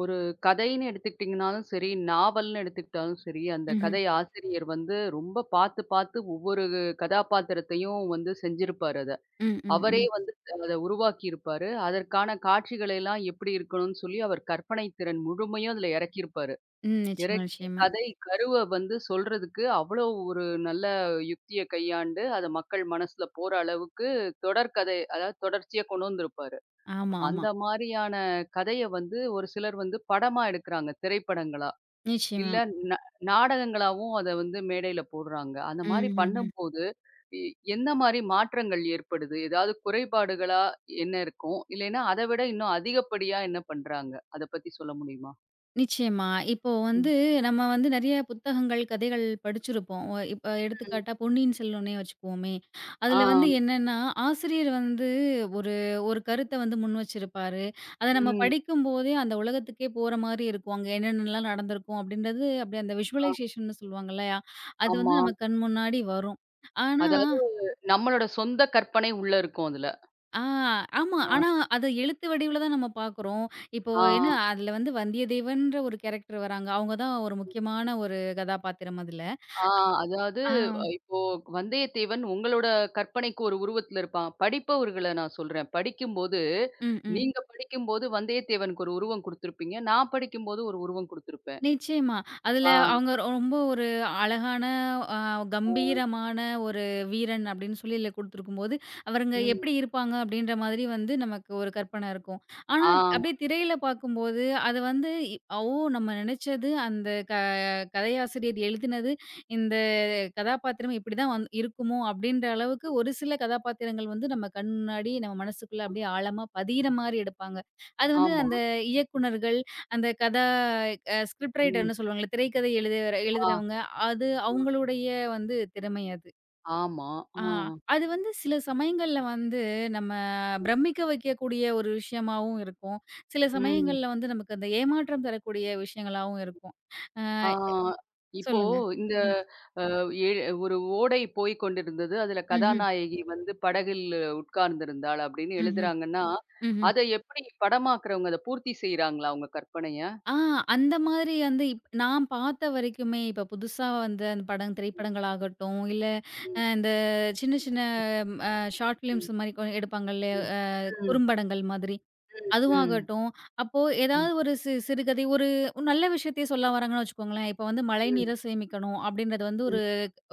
ஒரு கதைன்னு எடுத்துக்கிட்டிங்கனாலும் சரி, நாவல்ன்னு எடுத்துக்கிட்டாலும் சரி, அந்த ம்ஹ்ம். கதை ஆசிரியர் வந்து ரொம்ப பார்த்து பார்த்து ஒவ்வொரு கதாபாத்திரத்தையும் வந்து செஞ்சிருப்பாரு அத. ம், ம், அவரே ம். வந்து அத உருவாக்கியிருப்பாரு. அதற்கான காட்சிகளை எல்லாம் எப்படி இருக்கணும்னு சொல்லி அவர் கற்பனை திறன் முழுமையும் அதுல இறக்கியிருப்பாரு. ம். நிச்சயமா, இறக்கி நிச்சயமா. கதை கருவ வந்து சொல்றதுக்கு அவ்வளோ ஒரு நல்ல யுக்திய கையாண்டு, அத மக்கள் மனசுல போற அளவுக்கு தொடர்கதை அதாவது தொடர்ச்சியா கொண்டு வந்திருப்பாரு. ஆமா, ஆமா. அந்த மாரியான கதைய வந்து ஒரு சிலர் வந்து படமா எடுக்குறாங்க, திரைப்படங்களா. நிச்சயமா. இல்ல ந நாடகங்களாவும் அத வந்து மேடையில போடுறாங்க. அந்த மாரி ம்ஹ்ஹ்ம். பண்ணும்போது, எ எந்த மாரி மாற்றங்கள் ஏற்படுது? ஏதாவது குறைபாடுகளா என்ன இருக்கும்? இல்லைன்னா அத விட இன்னும் அதிகப்படியா என்ன பண்றாங்க? அத பத்தி சொல்ல முடியுமா? நிச்சயமா. இப்போ ம். வந்து நம்ம வந்து நெறைய புத்தகங்கள், கதைகள் படிச்சிருப்போம். இப்ப ம். எடுத்துக்காட்டா பொன்னியின் செல்வனே வச்சுக்குவோமே. ஆ. அதுல வந்து என்னன்னா, ஆசிரியர் வந்து ஒரு ஒரு கருத்த வந்து முன் வச்சிருப்பாரு. அத நம்ம ம். படிக்கும்போதே அந்த உலகத்துக்கே போற மாரி இருக்கும். அங்க என்னென்னலாம் நடந்திருக்கும் அப்படின்றது அப்படி அந்த ஆ. விஷுவலைசேஷன்னு சொல்லுவாங்க இல்லையா? அது வந்து ஆமா. நம்ம கண் முன்னாடி வரும். ஆனா அதாவது நம்மளோட சொந்த கற்பனை உள்ள இருக்கும் அதுல. ஆ ஆமா. ஆ. ஆனா, அத எழுத்து வடிவுல தான் நம்ம பார்க்குறோம். இப்போ ஆ. என்ன அதுல வந்து வந்தியத்தேவன்ற ஒரு கேரக்டர் வராங்க. அவங்க தான் ஒரு முக்கியமான ஒரு கதாபாத்திரம் அதுல. ஆ அதாவது ஆ. இப்போ வந்தயத்தேவன் உங்களோட கற்பனைக்கு ஒரு உருவத்துல இருப்பான். படிப்பவர்கள நான் சொல்றேன். படிக்கும்போது ம். ம். நீங்க படிக்கும்போது வந்தயத்தேவனுக்கு ஒரு உருவம் குடுத்திருப்பீங்க. நான் படிக்கும்போது ஒரு உருவம் குடுத்திருப்பேன். நிச்சயமா. அதுல ஆ, அவங்க ரொம்ப ஒரு அழகான, அ ஆ, கம்பீரமான ஒரு வீரன் அப்படின்னு சொல்லி இதுல குடுத்துருக்கும்போது, அவருங்க ம். எப்படி இருப்பாங்க அப்படின்ற மாதிரி வந்து நமக்கு ஒரு கற்பனை இருக்கும். ஆனா, ஆ, அப்படியே திரையில பார்க்கும்போது, அது வந்து ஓ! நம்ம நினைச்சது அந்த கதையாசிரியர் எழுதினது, இந்த கதாபாத்திரம் இப்படிதான் இருக்குமோ அப்படின்ற அளவுக்கு ஒரு சில கதாபாத்திரங்கள் வந்து நம்ம கண் முன்னாடி, நம்ம மனசுக்குள்ள அப்படியே ஆழமா பதியிற மாரி எடுப்பாங்க. அது வந்து ஆமா. அந்த இயக்குனர்கள், அந்த கதா அ ஸ்கிரிப்ட் ம். ரைட்டர்ன்னு சொல்லுவாங்கல்ல, திரைக்கதை ஆ, எழுதுறவங்க, அது அவங்களுடைய வந்து திறமை அது. ஆமா. ஆ ஆ. அது வந்து சில சமயங்கள்ல வந்து நம்ம பிரமிக்க வைக்கக்கூடிய ஒரு விஷயமாவும் இருக்கும். சில ம். சமயங்கள்ல வந்து நமக்கு அந்த ஏமாற்றம் தரக்கூடிய விஷயங்களாவும் இருக்கும். ஆ ஆ. இப்போ சொல்லுங்க. இந்த ம். அ ஏ ஒரு ஓடை போய் கொண்டிருந்தது. அதுல ம்ஹ்ம். கதாநாயகி வந்து படகில் உட்கார்ந்திருந்தாள் அப்படின்னு ம்ஹ்ம். எழுதுறாங்கன்னா, ம். ம்ஹ்ம். அத எப்படி படமாக்குறவங்க அத பூர்த்தி செய்றாங்களா உங்க கற்பனைய? ஆ அந்த மாதிரி வந்து நான் பார்த்த வரைக்குமே, இப்ப புதுசா வந்த அந்த படம் திரைப்படங்களாகட்டும், இல்ல ம். இந்த சின்ன சின்ன ம். அ ஷார்ட் ம். ஃபிலிம்ஸ் மாரி எடுப்பாங்க இல்லையா? ம். ம். குறும்படங்கள் மாதிரி. ம். அதுவாகட்டும், அப்போ ம். ஏதாவது ஒரு சிறுகதை, ஒரு நல்ல விஷயத்தையே சொல்ல வராங்கன்னு வச்சுக்கோங்களேன். இப்ப வந்து ம். மழைநீர சேமிக்கணும் அப்படின்றது வந்து ஒரு ம்.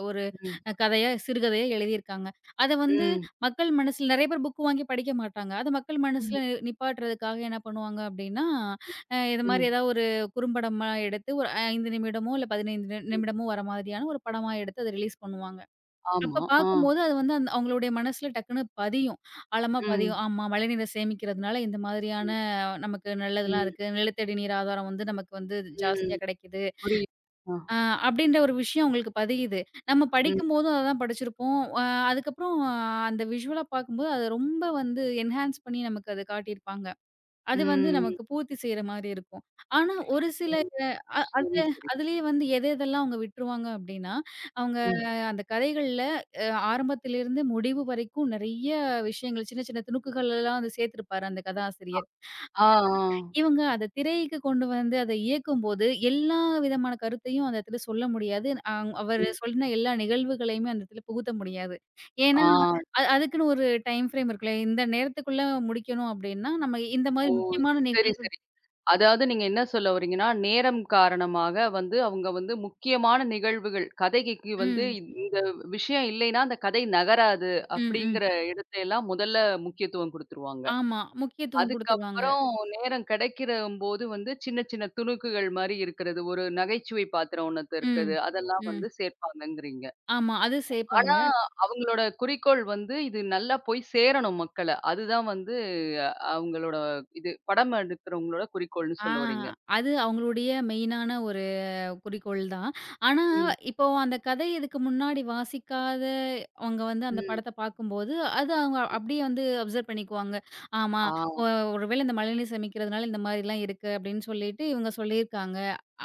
ஒரு ம். கதையா, சிறுகதையா எழுதியிருக்காங்க. அத வந்து மக்கள் மனசுல நெறைய பேர் புக் வாங்கி படிக்க மாட்டாங்க. அத மக்கள் ம். மனசுல நிப்பாட்டுறதுக்காக என்ன பண்ணுவாங்க அப்டின்னா, இது மாரி ம். ஏதாவது ஒரு குறும்படமா எடுத்து ஒரு 5 நிமிடமோ, இல்ல 15 ம். நிமிடமோ வர மாதிரியான ஒரு படமா எடுத்து அத ரிலீஸ் பண்ணுவாங்க. அப்ப ஆமா. ஆ. பார்க்கும்போது அது வந்து அந்த அவங்களுடைய மனசுல டக்குன்னு பதியும். ஆழமா பதியும். ம். ஆமா, மழைநீரை சேமிக்கிறதுனால இந்த மாதிரியான ம். நமக்கு நல்லதெல்லாம் ம். இருக்கு. நிலத்தடி நீர் ஆதாரம் வந்து நமக்கு வந்து ம். ஜாஸ்தியா கிடைக்குது. புரியுது. ஆ. ஆ அப்படின்ற ஒரு விஷயம் அவங்களுக்கு பதியுது. நம்ம ம். படிக்கும்போதும் அததான் படிச்சிருப்போம். அதுக்கப்புறம் ஆ, அந்த விஷுவலா பார்க்கும்போது, அத ரொம்ப வந்து என்ஹான்ஸ் பண்ணி நமக்கு அத காட்டியிருப்பாங்க. அது வந்து ம். நமக்கு பூர்த்தி செய்ற மாரி இருக்கும். ஆனா ஒரு சில ம். அ அது சரி, சரி. அதிலேயே வந்து எதெல்லாம் அவங்க விட்டுருவாங்க அப்படின்னா, அவங்க ம். அந்த கதைகள்ல ஆரம்பத்திலிருந்து முடிவு வரைக்கும் நெறைய விஷயங்கள் சின்ன சின்ன துணுக்குகள் எல்லாம் வந்து சேர்த்திருப்பாரு அந்த அ. கதாசிரியர். ஆ. ஆ. இவங்க அத திரைக்கு கொண்டு வந்து அத இயக்கும்போது, எல்லா விதமான கருத்தையும் அந்த இடத்துல சொல்ல முடியாது. அவரு ம். சொன்ன எல்லா நிகழ்வுகளையுமே அந்த இடத்துல புகுத்த முடியாது. ஏன்னா, ஆ. அதுக்குன்னு ஒரு டைம் ஃப்ரேம் இருக்குல்ல. இந்த நேரத்துக்குள்ள முடிக்கணும் அப்டின்னா, நம்ம இந்த மாரி ஓ! முக்கியமான சரி, நிகழ்வு. சரி. அதாவது நீங்க என்ன சொல்ல வரீங்கன்னா, நேரம் காரணமாக வந்து அவங்க வந்து முக்கியமான நிகழ்வுகள், கதைக்கு வந்து ம், இந்த விஷயம் இல்லைன்னா, அந்த கதை நகராது ம், ம். அப்படிங்கிற இடத்தை எல்லாம் முதல்ல முக்கியத்துவம் குடுத்துருவாங்க. ஆமா. முக்கியத்துவம் குடுத்துருவாங்க. அதுக்கப்புறம் நேரம் கிடைக்கிறம்போது வந்து சின்ன சின்ன துணுக்குகள் மாரி இருக்கிறது. ஒரு நகைச்சுவை பாத்திரம் ஒண்ணு இருக்குது. ம், அதெல்லாம் ம். வந்து சேர்ப்பாங்கங்கிறீங்க. ஆமா. அது சேப்பாங்க. ஆனா, அவங்களோட குறிக்கோள் வந்து இது நல்லா போய் சேரணும் மக்கள. அதுதான் வந்து அவங்களோட இது படம் எடுக்கிறவங்களோட குறிக்கோள்னு ஆ சொல்ல வரீங்க. அது அவங்களுடைய மெயினான குறிக்கோள் தான். ஆனா, ம், இப்போ அந்த கதை இதுக்கு முன்னாடி வாசிக்காத அவங்க வந்து அந்த ம். படத்த பார்க்கும்போது, அது அவங்க அப்படியே வந்து அப்சர்வ் பண்ணிக்குவாங்க. ஆமா, ஆ, ஒ ஒருவேளை இந்த மழைநீர் சேமிக்கிறதுனால இந்த மாரிலாம் இருக்கு அப்படின்னு சொல்லிட்டு இவங்க சொல்லியிருக்காங்க.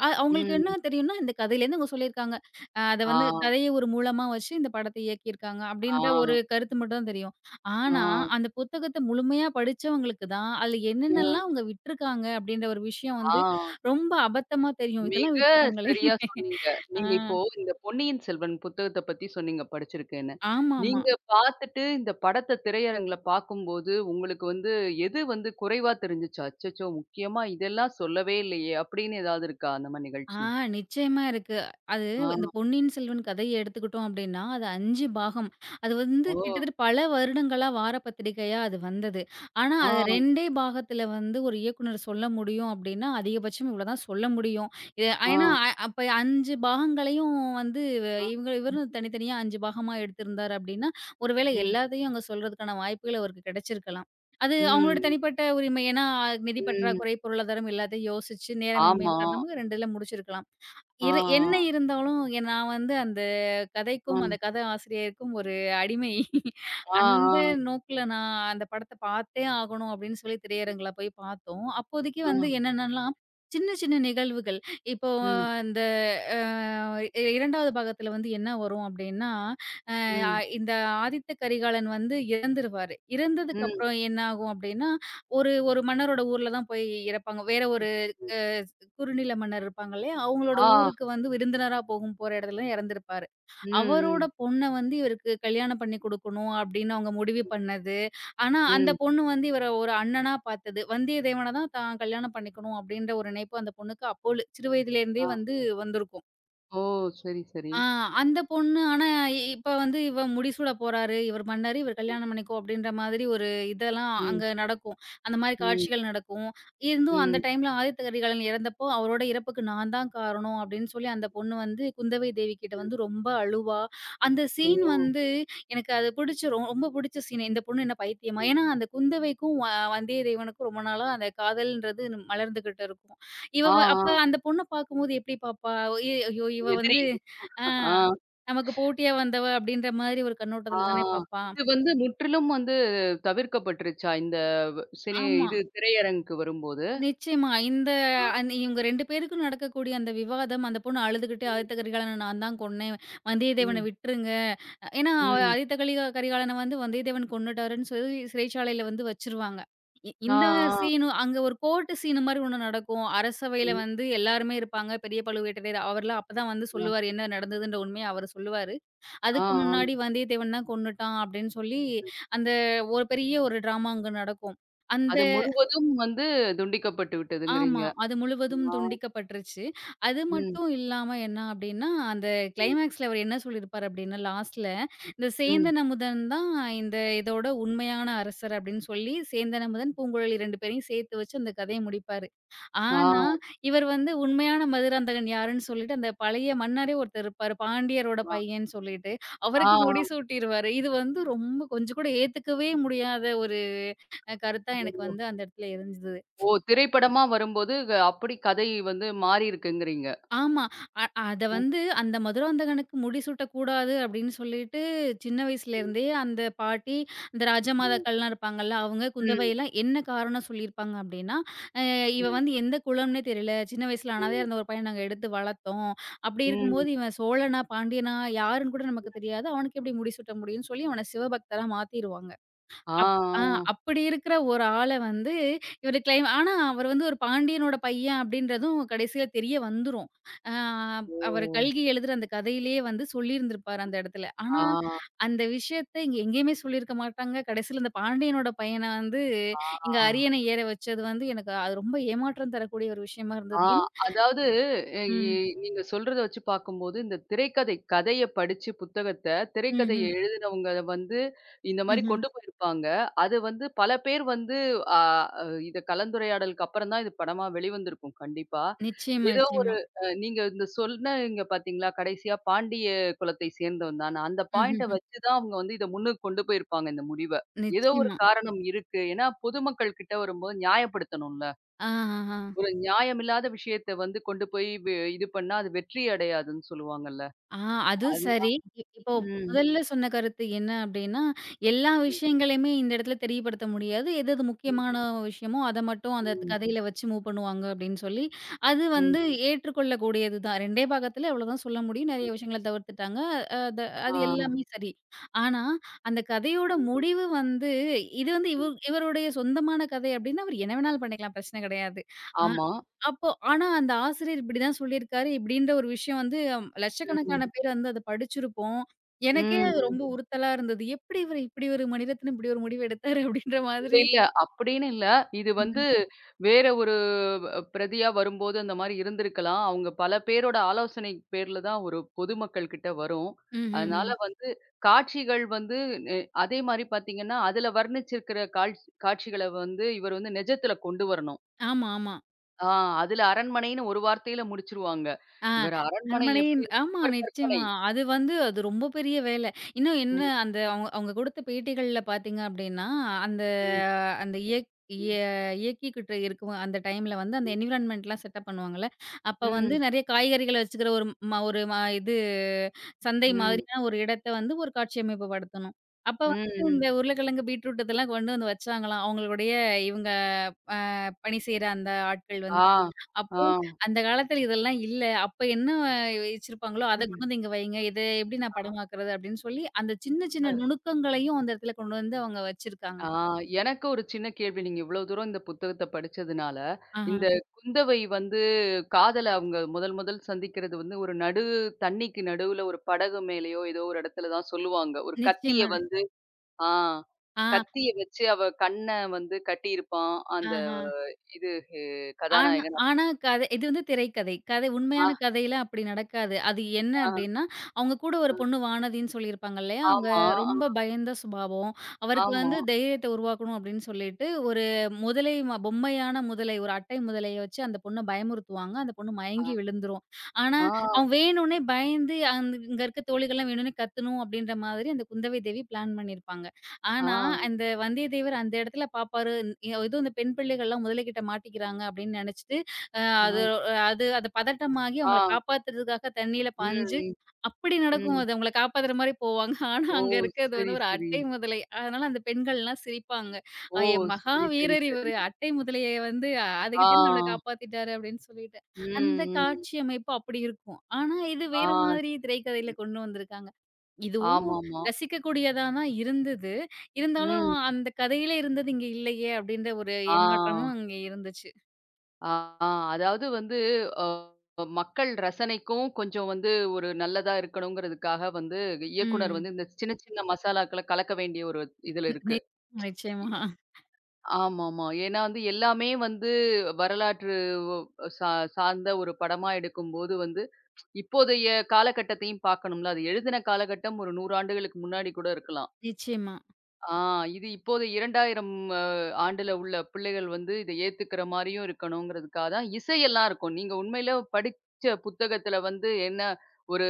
அவங்களுக்கு என்ன ம். தெரியும்னா, இந்த கதையிலேருந்து அவங்க சொல்லியிருக்காங்க. அத ஆ, வந்து கதைய ஒரு மூலமா வச்சு இந்த படத்த இயக்கியிருக்காங்க ஆ, அப்படின்ற ஒரு கருத்து மட்டும் தான் தெரியும். ஆனா, ஆ, அந்த புத்தகத்த முழுமையா படிச்சவங்களுக்கு தான், அதுல ஆ, என்னென்னலாம் அவங்க விட்டுருக்காங்க அப்படின்ற ஒரு விஷயம் வந்து ஆ. ரொம்ப அபத்தமா தெரியும். இதெல்லாம் மிக விட்டுட்டாங்களே! சரியா சொன்னீங்க. ஆ நீங்க இப்போ இந்த பொன்னியின் செல்வன் புத்தகத்த பத்தி சொன்னீங்க படிச்சிருக்கேன்னு. ஆமாமா. நீங்க பார்த்துட்டு இந்த படத்த திரையரங்குல பார்க்கும்போது, உங்களுக்கு வந்து எது வந்து குறைவா தெரிஞ்சுச்சு? அச்சச்சோ! முக்கியமா இதெல்லாம் சொல்லவே இல்லையே! அப்படின்னு ஏதாவது இருக்கா அந்த மாரி ஆ நிகழ்ச்சி? நிச்சயமா இருக்கு. அது ஆ. இந்த பொன்னியின் செல்வன் கதைய எடுத்துக்கிட்டோம் அப்டின்னா, அது 5 பாகம். அது வந்து ஓ! கிட்டத்தட்ட பல வருடங்களா வார பத்திரிகையா அது வந்தது. ஆனா, ஆ, அத 2டே பாகத்துல வந்து ஒரு இயக்குனர் சொல்ல முடியும் அப்டின்னா, அதிகபட்சம் இவ்ளோ தான் சொல்ல முடியும். இது ஆ, ஏன்னா அப்ப 5 பாகங்களையும் வந்து ஆ. இவரும் தனித்தனியா 5 பாகமா எடுத்திருந்தார் அப்டின்னா, ஒரு வேளை ம், எல்லாத்தையும் அங்க சொல்றதுக்கான வாய்ப்புகள் அவருக்கு கிடைச்சிருக்கலாம். அது அவங்களோட ம், தனிப்பட்ட உரிமை. ஏன்னா, நிதி ம். பற்றாக்குறை, பொருளாதாரம் எல்லாத்தையும் யோசிச்சு நேரமின்மையின் ஆமா. காரணமா 2ல முடிச்சிருக்கலாம். ஆ, என்ன ஆ, இருந்தாலும் நான் வந்து அந்த கதைக்கும், அந்த கதை ஆசிரியருக்கும் ஒரு அடிமை. ஆ, அந்த ஆ, நோக்குல நான் அந்த படத்த பார்த்தே ஆகணும் அப்படின்னு சொல்லி திரையரங்குல போய் பார்த்தோம். அப்போதைக்கு ஆ, வந்து என்னென்னன்னா, சின்ன சின்ன நிகழ்வுகள். இப்போ ம், இந்த அ 2வது பாகத்துல வந்து என்ன வரும் அப்படின்னா, அ ம், இந்த ஆதித்த கரிகாலன் வந்து இறந்துருவாரு. இறந்ததுக்கு ம், அப்புறம் என்ன ஆகும் அப்படின்னா, ஒரு ஒரு மன்னரோட ஊர்ல தான் போய் இறப்பாங்க. வேற ம். குறுநில மன்னர் இருப்பாங்க இல்லையா? அவங்களோட ஆ. ஊருக்கு வந்து விருந்தினரா போற இடத்துல இறந்திருப்பாரு. ம், அவரோட ம், பொண்ண வந்து இவருக்கு கல்யாணம் பண்ணி குடுக்கணும் அப்படின்னு அவங்க முடிவு பண்ணது. ஆனா அந்த ம். பொண்ணு வந்து இவர ஒரு அண்ணனா பார்த்தது. வந்தியத்தேவன தான் தான் கல்யாணம் பண்ணிக்கணும் அப்படின்ற ஒரு நினைப்பு அந்த பொண்ணுக்கு அப்போல சிறு வயதிலேருந்தே ஆ. வந்து வந்திருக்கும். ஓ! சரி, சரி. ஆ அந்த பொண்ணு ஆனா, இப்ப வந்து இவ முடிசூட போறாரு, இவர் பண்ணாரு, இவர் கல்யாணம் பண்ணிக்கோ அப்படின்ற மாதிரி ஒரு இதெல்லாம் ம், அங்க நடக்கும். அந்த மாரி ம், காட்சிகள் நடக்கும். இருந்தும் அந்த ம். டைம்ல ஆதித்த கரிகாலன் இறந்தப்போ, அவரோட இறப்புக்கு நான் தான் காரணம் அப்படின்னு சொல்லி அந்த பொண்ணு வந்து குந்தவை தேவி கிட்ட வந்து ரொம்ப அழுவா. அந்த ஓ! சீன் வந்து எனக்கு அது பிடிச்ச ரொம்ப பிடிச்ச சீன். இந்த பொண்ணு என்ன பைத்தியமா? ஏன்னா அந்த குந்தவைக்கும் வந்தியத்தேவனுக்கும் ரொம்ப நாளா அந்த காதல்ன்றது மலர்ந்துகிட்டு இருக்கும். இவ ஆ, வ அப்ப ஆ. அந்த பொண்ண பார்க்கும்போது எப்படி பார்ப்பா? ஐயோ இவ எதிரி. வந்து ஆ. ஆ, நமக்கு போட்டியா வந்தவ அப்படின்ற மாதிரி ஒரு ஆ. கண்ணோட்டத்துல தானே பார்ப்பான். இது வந்து முற்றிலும் வந்து தவிர்க்கப்பட்டுருச்சா? இந்த ஆமா. இது திரையரங்குக்கு வரும்போது? நிச்சயமா. இந்த ஆ, அந் இவங்க 2 பேருக்கும் நடக்கக்கூடிய அந்த விவாதம், அந்த பொண்ணு அழுதுகிட்டு ம், "ஆதித்த கரிகாலன நான் தான் கொன்னேன். வந்தியத்தேவன ம், விட்டுருங்க." ஏன்னா அவ ம். ஆதித்த கரிகாலன வந்து வந்தியத்தேவன் கொன்னுட்டாருன்னு சொல்லி சிறைச்சாலையில வந்து வச்சுருவாங்க. இ ஆ, இந்த ஆ. சீனு அங்க ஒரு கோர்ட்டு சீனு மாரி ஒண்ணு நடக்கும். அரசவையில ம், வந்து எல்லாருமே இருப்பாங்க. பெரிய பழுவேட்டரையர் அவர்லாம் அப்பதான் வந்து அ. சொல்லுவாரு. என்ன நடந்ததுன்ற உண்மைய அவரு சொல்லுவாரு. ஆ, அதுக்கு ஆ. முன்னாடி வந்தியத்தேவன் தான் கொன்னுட்டான் அப்படின்னு சொல்லி, ம். அந்த ஒரு பெரிய ஒரு ட்ராமா அங்க நடக்கும். அந்த அது முழுவதும் வந்து துண்டிக்கப்பட்டு ஆமா. விட்டதுங்கிறீங்க. அது முழுவதும் ஆ. துண்டிக்கப்பட்டுருச்சு. அது ம், மட்டும் இல்லாம என்ன அப்டின்னா, அந்த ம், கிளைமாக்ஸ்ல அவரு என்ன சொல்லியிருப்பாரு அப்டின்னா, லாஸ்ட்ல இந்த ம். சேந்தன் அமுதன் தான் இந்த இதோட உண்மையான அரசர் அப்டின்னு சொல்லி சேந்தன் அமுதன், பூங்குழலி 2 பேரையும் சேர்த்து வச்சு அந்த கதைய முடிப்பாரு. ஆ, ஆனா, இவர் வந்து உண்மையான மதுராந்தகன் யாருன்னு சொல்லிட்டு, அந்த பழைய மன்னரே ஒருத்தர் இருப்பாரு. பாண்டியரோட ஆ. பையன்னு சொல்லிட்டு, ஆ, அவருக்கு ஆ. முடிசூட்டிருவாரு. இது வந்து ரொம்ப கொஞ்சம் கூட ஏத்துக்கவே முடியாத ஒரு கருத்தா எனக்கு ஓ! வந்து அந்த இடத்துல இருந்தது. ஓ! திரைப்படமா வரும்போது அப்படி கதை வந்து மாறியிருக்குங்கிறீங்க. ஆமா. அ அத வந்து அந்த மதுராந்தகனுக்கு முடிசூட்டக்கூடாது அப்படின்னு சொல்லிட்டு, சின்ன ம். வயசுலேருந்தே அந்த பாட்டி, இந்த ம். ராஜமாதாக்கள்லாம் இருப்பாங்கல்ல, அவங்க ம். குந்தவைலாம் என்ன காரணம் சொல்லியிருப்பாங்க அப்படின்னா, "அ இவ ம். வந்து எந்த குலம்னே தெரியல. சின்ன வயசுல அனாதையா ம். இருந்த ஒரு பையன நாங்க எடுத்து வளர்த்தோம். அப்படி ம். இருக்கும்போது இவன் சோழனா, பாண்டியனா யாருன்னு கூட நமக்கு தெரியாது. அவனுக்கு எப்படி முடிசூட்ட முடியும்னு" சொல்லி அவன சிவபக்தரா மாத்திருவாங்க. ஆ, அப் ஆ ஆ. அப்படி இருக்கிற ஒரு ஆள வந்து இவரு கிளைம் ஆனா அவரு வந்து ஒரு பாண்டியனோட பையன் அப்படின்றதும் கடைசியில தெரிய வந்துரும். ஆ அவரு ஓ! கல்கி எழுதுற அந்த கதையிலேயே வந்து சொல்லியிருந்திருப்பாரு அந்த இடத்துல. ஆனா ஆ, அந்த விஷயத்த இங்க எங்கேயுமே சொல்லியிருக்க மாட்டாங்க. கடைசியில இந்த பாண்டியனோட பையன வந்து இங்க ஆ. அரியணை ஏற வச்சது வந்து எனக்கு அது ரொம்ப ஏமாற்றம் தரக்கூடிய ஒரு விஷயமா ஆ, இருந்தது. அதாவது எ எ ம். நீங்க சொல்றத வச்சு பார்க்கும்போது, இந்த திரைக்கதை கதைய படிச்சு புத்தகத்த, திரைக்கதைய ம்ஹ்ம். எழுதினவங்க வந்து இந்த மாரி ம்ஹ்ம். கொண்டு போயிருப்பாங்க. அது வந்து பல பேர் வந்து ஆ, அ இத கலந்துரையாடலுக்கு அப்புறம் தான் இது படமா வெளிவந்திருக்கும் கண்டிப்பா. நிச்சயமா, ஏதோ நிச்சயமா. ஒரு நீங்க இந்த சொன்னீங்க பார்த்தீங்களா, கடைசியா பாண்டிய குலத்தை சேர்ந்தவன் தான்னு. அந்த பாயிண்ட்ட ம்ஹ்ஹ்ம். வச்சு தான் அவங்க வந்து இத முன்னுக்கு கொண்டு போயிருப்பாங்க இந்த முடிவ. ஏதோ ஒரு நிச்சயமா. காரணம் இருக்கு. ஏன்னா பொதுமக்கள் கிட்ட வரும்போது நியாயப்படுத்தணும்ல. ஆஹஹா. ஒரு நியாயமில்லாத விஷயத்த வந்து கொண்டு போய் இது பண்ணா, அது வெற்றி அடையாதுன்னு சொல்லுவாங்கல்ல. ஆ அதுவும் அதுனா சரி. இப்போ ம். முதல்ல சொன்ன கருத்து என்ன அப்டின்னா, எல்லா ம். விஷயங்களையுமே இந்த இடத்துல தெரியப்படுத்த முடியாது. எது எது ம். முக்கியமான விஷயமோ, அத மட்டும் அந்த ம். கதையில வச்சு மூவ் பண்ணுவாங்க அப்டின்னு சொல்லி, அது ம். வந்து ஏற்றுக்கொள்ளக்கூடியது தான். 2டே பாகத்துல இவ்வளோதான் சொல்ல முடியும். ம். நெறைய விஷயங்கள தவிர்த்துட்டாங்க. அ த ஆ. அது எல்லாமே சரி. ஆனா, அந்த கதையோட ம். முடிவு வந்து இது வந்து ம். இவருடைய சொந்தமான கதை அப்டின்னா, அவர் என்ன வேணாலும் பண்ணிக்கலாம். பிரச்சன கிடையாது. ஆ ஆமா. அப்போ ஆனா அந்த ஆசிரியர் இப்படிதான் சொல்லியிருக்காரு, இப்படின்ற ஒரு விஷயம் வந்து அம், ம். லட்சக்கணக்கான பேர் வந்து அத படிச்சிருப்போம். எனக்கே ம். அது ம். ரொம்ப உறுத்தலா இருந்தது. எப்படி இவரு இப்படி ஒரு மணிரத்னம் இப்படி ஒரு முடிவு எடுத்தாரு அப்படின்ற இல்ல, மாதிரி. இல்ல. அப்படின்னு இல்ல. இது வந்து ம்ஹ்ம். வேற ஒரு பிரதியா வரும்போது அந்த மாரி இருந்திருக்கலாம். அவங்க பல பேரோட ஆலோசனை பேர்ல தான் ஒரு பொதுமக்கள் கிட்ட வரும். ம்ஹ்ஹ்ம். அதனால வந்து காட்சிகள் வந்து நெ அதே மாரி பார்த்தீங்கன்னா, அதுல வர்ணிச்சிருக்கிற காட்சிகள வந்து இவர் வந்து நிஜத்துல கொண்டு வரணும். ஆமா, ஆமா. ஆ அதுல அரண்மனைன்னு ஒரு வார்த்தையில முடிச்சுருவாங்க. ஆ இவர் அரண்மனை அரண்மனையின் எப்படி இருக்கும்னு ஆமா, இவர் கற்பனை. நிச்சயமா. அது வந்து அது ரொம்ப பெரிய வேலை. இன்னும் என்ன ம், அந்த அவங்க அவங்க குடுத்த பேட்டிகள்ல பார்த்தீங்க அப்டின்னா, அந்த ம், அந்த இயக் இய ம், இயக்கிக்கிட்டு இருக்கும் அந்த டைம்ல வந்து அந்த ம், என்விரான்மென்ட்லாம் செட்டப் பண்ணுவாங்கல்ல. அப்ப வந்து ம், நெறைய காய்கறிகள வச்சுக்கிற ஒரு ம ஒரு ம இது சந்தை ம், மாதிரியான ஒரு இடத்த வந்து ஒரு காட்சியமைப்பு படுத்தணும். அப்ப வந்து ம். இந்த உருளைக்கிழங்கு, பீட்ரூட் இதெல்லாம் கொண்டு வந்து வச்சாங்களாம். அவங்களுடைய இவங்க பணி செய்ற அந்த ஆட்கள் வந்து. ஆ, ஆ, அப்போ அந்த காலத்துல இதெல்லாம் இல்ல. அப்ப என்ன வச்சிருப்பாங்களோ, அத ம். கொண்டு வந்து இங்க வைங்க. இத எப்படி நான் படமாக்குறது? அப்படின்னு சொல்லி, அந்த சின்ன அ, சின்ன நுணுக்கங்களையும் அந்த இடத்துல கொண்டு வந்து அவங்க வச்சிருக்காங்க. ஆ எனக்கு ஒரு சின்ன கேள்வி. நீங்க இவ்ளோ தூரம் இந்த புத்தகத்த படிச்சதுனால, ஆஹா. இந்த குந்தவை வந்து காதல அவங்க முதல் முதல் சந்திக்கிறது வந்து ஒரு நடு தண்ணிக்கு நடுவுல ஒரு படகு மேலயோ ஏதோ ஒரு இடத்துல தான் சொல்லுவாங்க. ஒரு கத்திய நிச்சயமா. வந்து ஆ ஆ, கத்திய வச்சு அவ கண்ண வந்து கட்டியிருப்பான். அந்த ஆஹ. இது ஹே ஆனா கதாநாயகன். ஆனா கதை இது வந்து திரைக்கதை. கதை ஆ, உண்மையான கதையில அப்படி நடக்காது. அது என்ன ஆ, அப்படின்னா, அவங்க கூட ஒரு ஆ. பொண்ணு வானதின்னு சொல்லியிருப்பாங்க இல்லையா? அவங்க ஆமா, ஆ, ரொம்ப பயந்த சுபாவம். அவருக்கு ஆமா. வந்து தைரியத்த உருவாக்கணும் அப்படின்னு சொல்லிட்டு, ஒரு முதலை பொம்மையான முதலை, ஒரு அட்டை முதலைய வச்சு அந்த பொண்ண பயமுறுத்துவாங்க. அந்த பொண்ணு அ, மயங்கி விழுந்துரும். ஆனா, ஆ, அவன் வேணும்னே பயந்து இங்க இருக்க தோழிகள்லாம் வேணும்னே கத்தணும் அப்படின்ற மாதிரி அந்த குந்தவை தேவி பிளான் பண்ணியிருப்பாங்க. ஆ, ஆனா, அந்த வந்தியத்தேவர் அந்த இடத்துல பாப்பாரு, ஏதோ இந்த பெண் பிள்ளைகள்லாம் முதலைக்கிட்ட மாட்டிக்கிறாங்க அப்படின்னு நெனச்சுட்டு, அ அது ஆ, அது அது பதட்டமாகி ஆ. அவங்கள காப்பாத்துறதுக்காக தண்ணீல ம், பாய்ஞ்சு, ம், அப்படி நடக்கும் ம். அது. அவங்கள காப்பாத்துற மாரி போவாங்க. ஆனா, ஓ! அங்க இருக்கிறது வந்து சரி, ஒரு சரி. அட்டை முதலை. அதனால அந்த பெண்கள்லாம் சிரிப்பாங்க. ஓ! சரி, சரி, மகாவீரர் சரி. இவரு, அட்டை முதலைய வந்து ஆ. அதுகிட்டேருந்து நம்மள காப்பாத்திட்டாரு" அப்படின்னு சொல்லிட்டு. அந்த ம், ம். காட்சி அமைப்பு அப்படி இருக்கும். ஆனா, இது ஆ, வேற மாதிரி சரி. திரைக்கதையில கொண்டு வந்திருக்காங்க. இதுவும் ஆமாமா. ரசிக்கக்கூடியதா தான் இருந்தது. இருந்தாலும், ம். அந்த கதையில இருந்தது இங்க இல்லையே! அப்டின்ற ஒரு ஆ, ஏமாற்றமும் அங்க இருந்துச்சு. ஆ. அதாவது வந்து அ மக்கள் ரசனைக்கும் கொஞ்சம் வந்து ஒரு நல்லதா இருக்கணுங்கிறதுக்காக வந்து இயக்குனர் ம். வந்து இந்த சின்ன சின்ன மசாலாக்கள கலக்க வேண்டிய ஒரு இதுல இருக்கு. நிச்சயமா, நிச்சயமா. ஆமாமா. ஏன்னா வந்து எல்லாமே வந்து வரலாற்று ஒ சா சார்ந்த ஒரு படமா எடுக்கும்போது வந்து, இப்போதைய காலகட்டத்தையும் பார்க்கணும்ல. அது எழுதின காலகட்டம் ஒரு 100 ஆண்டுகளுக்கு முன்னாடி கூட இருக்கலாம். நிச்சயமா. ஆ இது இப்போது 2000 அ ஆண்டுல உள்ள பிள்ளைகள் வந்து இத ஏத்துக்கிற மாரியும் இருக்கணுங்கிறதுக்காக தான் இசையெல்லாம் இருக்கும். நீங்க உண்மையில படிச்ச புத்தகத்துல வந்து என்ன ஒரு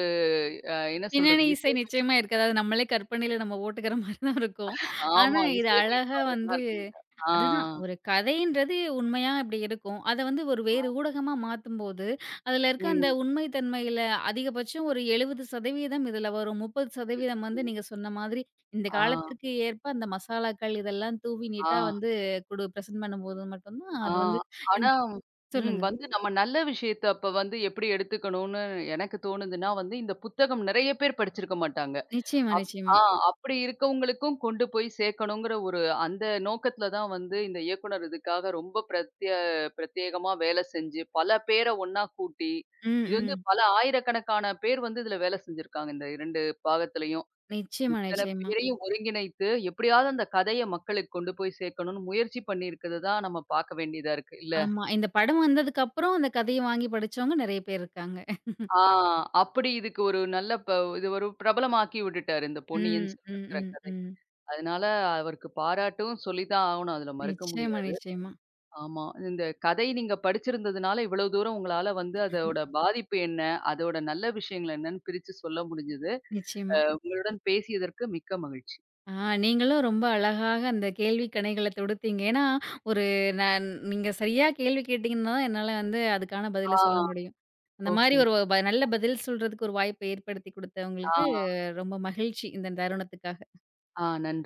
என்ன பின்னணி சொல்றது? இசை இசை நிச்சயமா இருக்காது. அது நம்மளே கற்பனையில நம்ம ஓட்டுக்கிற மாரி தான் இருக்கும். ஆனா, ஆமா. இது அழகா இசையமைப்பாளர்லாம் வந்து இருக்க மாட்டார். ஆ, அதுதான் ஒரு கதைன்றது உண்மையா இப்படி இருக்கும். அத வந்து ஒரு ஆ. வேறு ஊடகமா மாத்தும்போது, அதுல இருக்க அந்த ம். உண்மை தன்மையில அதிகபட்சம் ஒரு 70% இதுல வரும். ம். 30% வந்து ம். நீங்க சொன்ன மாதிரி இந்த ஆ, காலத்திற்கு ஏற்ப அந்த மசாலாக்கள் இதெல்லாம் தூவி ஆ. நீட்டா வந்து பிரசன்ட் பண்ணும்போது மட்டும் தான் ஆ. அது வந்து இன் ஆனா ம். சொல்லுங்க. வந்து நம்ம நல்ல விஷயத்த அப்ப வந்து எப்படி எடுத்துக்கணும்னு எனக்கு தோணுதுன்னா வந்து, இந்த புத்தகம் நெறைய பேர் படிச்சிருக்க மாட்டாங்க. நிச்சயமா, அப் நிச்சயமா. ஆ அப்படி இருக்கவங்களுக்கும் கொண்டு போய் சேர்க்கணுங்கிற ஒரு அந்த நோக்கத்துல தான் வந்து இந்த இயக்குனர் இதுக்காக ரொம்ப பிரத்யேகமா வேலை செஞ்சு, பல பேர ஒண்ணா கூட்டி, ம், இது வந்து ம். பல ஆயிரக்கணக்கான பேர் வந்து இதுல வேலை செஞ்சிருக்காங்க, இந்த 2 பாகத்திலயும். நிச்சயமா, இத்தன நிச்சயமா. பேரையும் ஒருங்கிணைத்து, எப்படியாவது அந்த கதைய மக்களுக்கு கொண்டு போய் சேர்க்கணும்னு முயற்சி பண்ணியிருக்கிறது தான் நம்ம பார்க்க வேண்டியதா இருக்கு. இல்ல? ஆமா. இந்த படம் வந்ததுக்கப்புறம் அந்த கதைய வாங்கி படிச்சவங்க நெறைய பேர் இருக்காங்க. ஆ அப்படி இதுக்கு ஒரு நல்ல இது ஒரு பிரபலமாக்கி விட்டுட்டாரு இந்த பொன்னியின் ம், ம், செல்வன்ங்கிற ம், கதைய. ம். அதனால அவருக்கு பாராட்டும் சொல்லி தான் ஆகணும். அதுல மறுக்க நிச்சயமா, முடியாது. நிச்சயமா. ஆமா. இந்த கதை நீங்க படிச்சிருந்ததுனால இவ்வளவு தூரம் உங்களால வந்து ம், அதோட பாதிப்பு என்ன? அதோட நல்ல விஷயங்கள் என்னன்னு பிரிச்சு சொல்ல முடிஞ்சது. நிச்சயமா. உங்களுடன் பேசியதற்கு மிக்க மகிழ்ச்சி. ஆ நீங்களும் ரொம்ப அழகாக அந்த கேள்வி கணைகள தொடுத்தீங்க. ஏன்னா, ஒரு நான் நீங்க சரியா கேள்வி கேட்டீங்கன்னா தான் என்னால வந்து அதுக்கான பதில சொல்ல ஆ. முடியும். அந்த மாரி ஓகே. ஒரு நல்ல பதில் சொல்றதுக்கு ஒரு வாய்ப்ப ஏற்படுத்தி குடுத்தவங்களுக்கு ஆ, ரொம்ப மகிழ்ச்சி இந்த தருணத்துக்காக. ஆ நன்றி.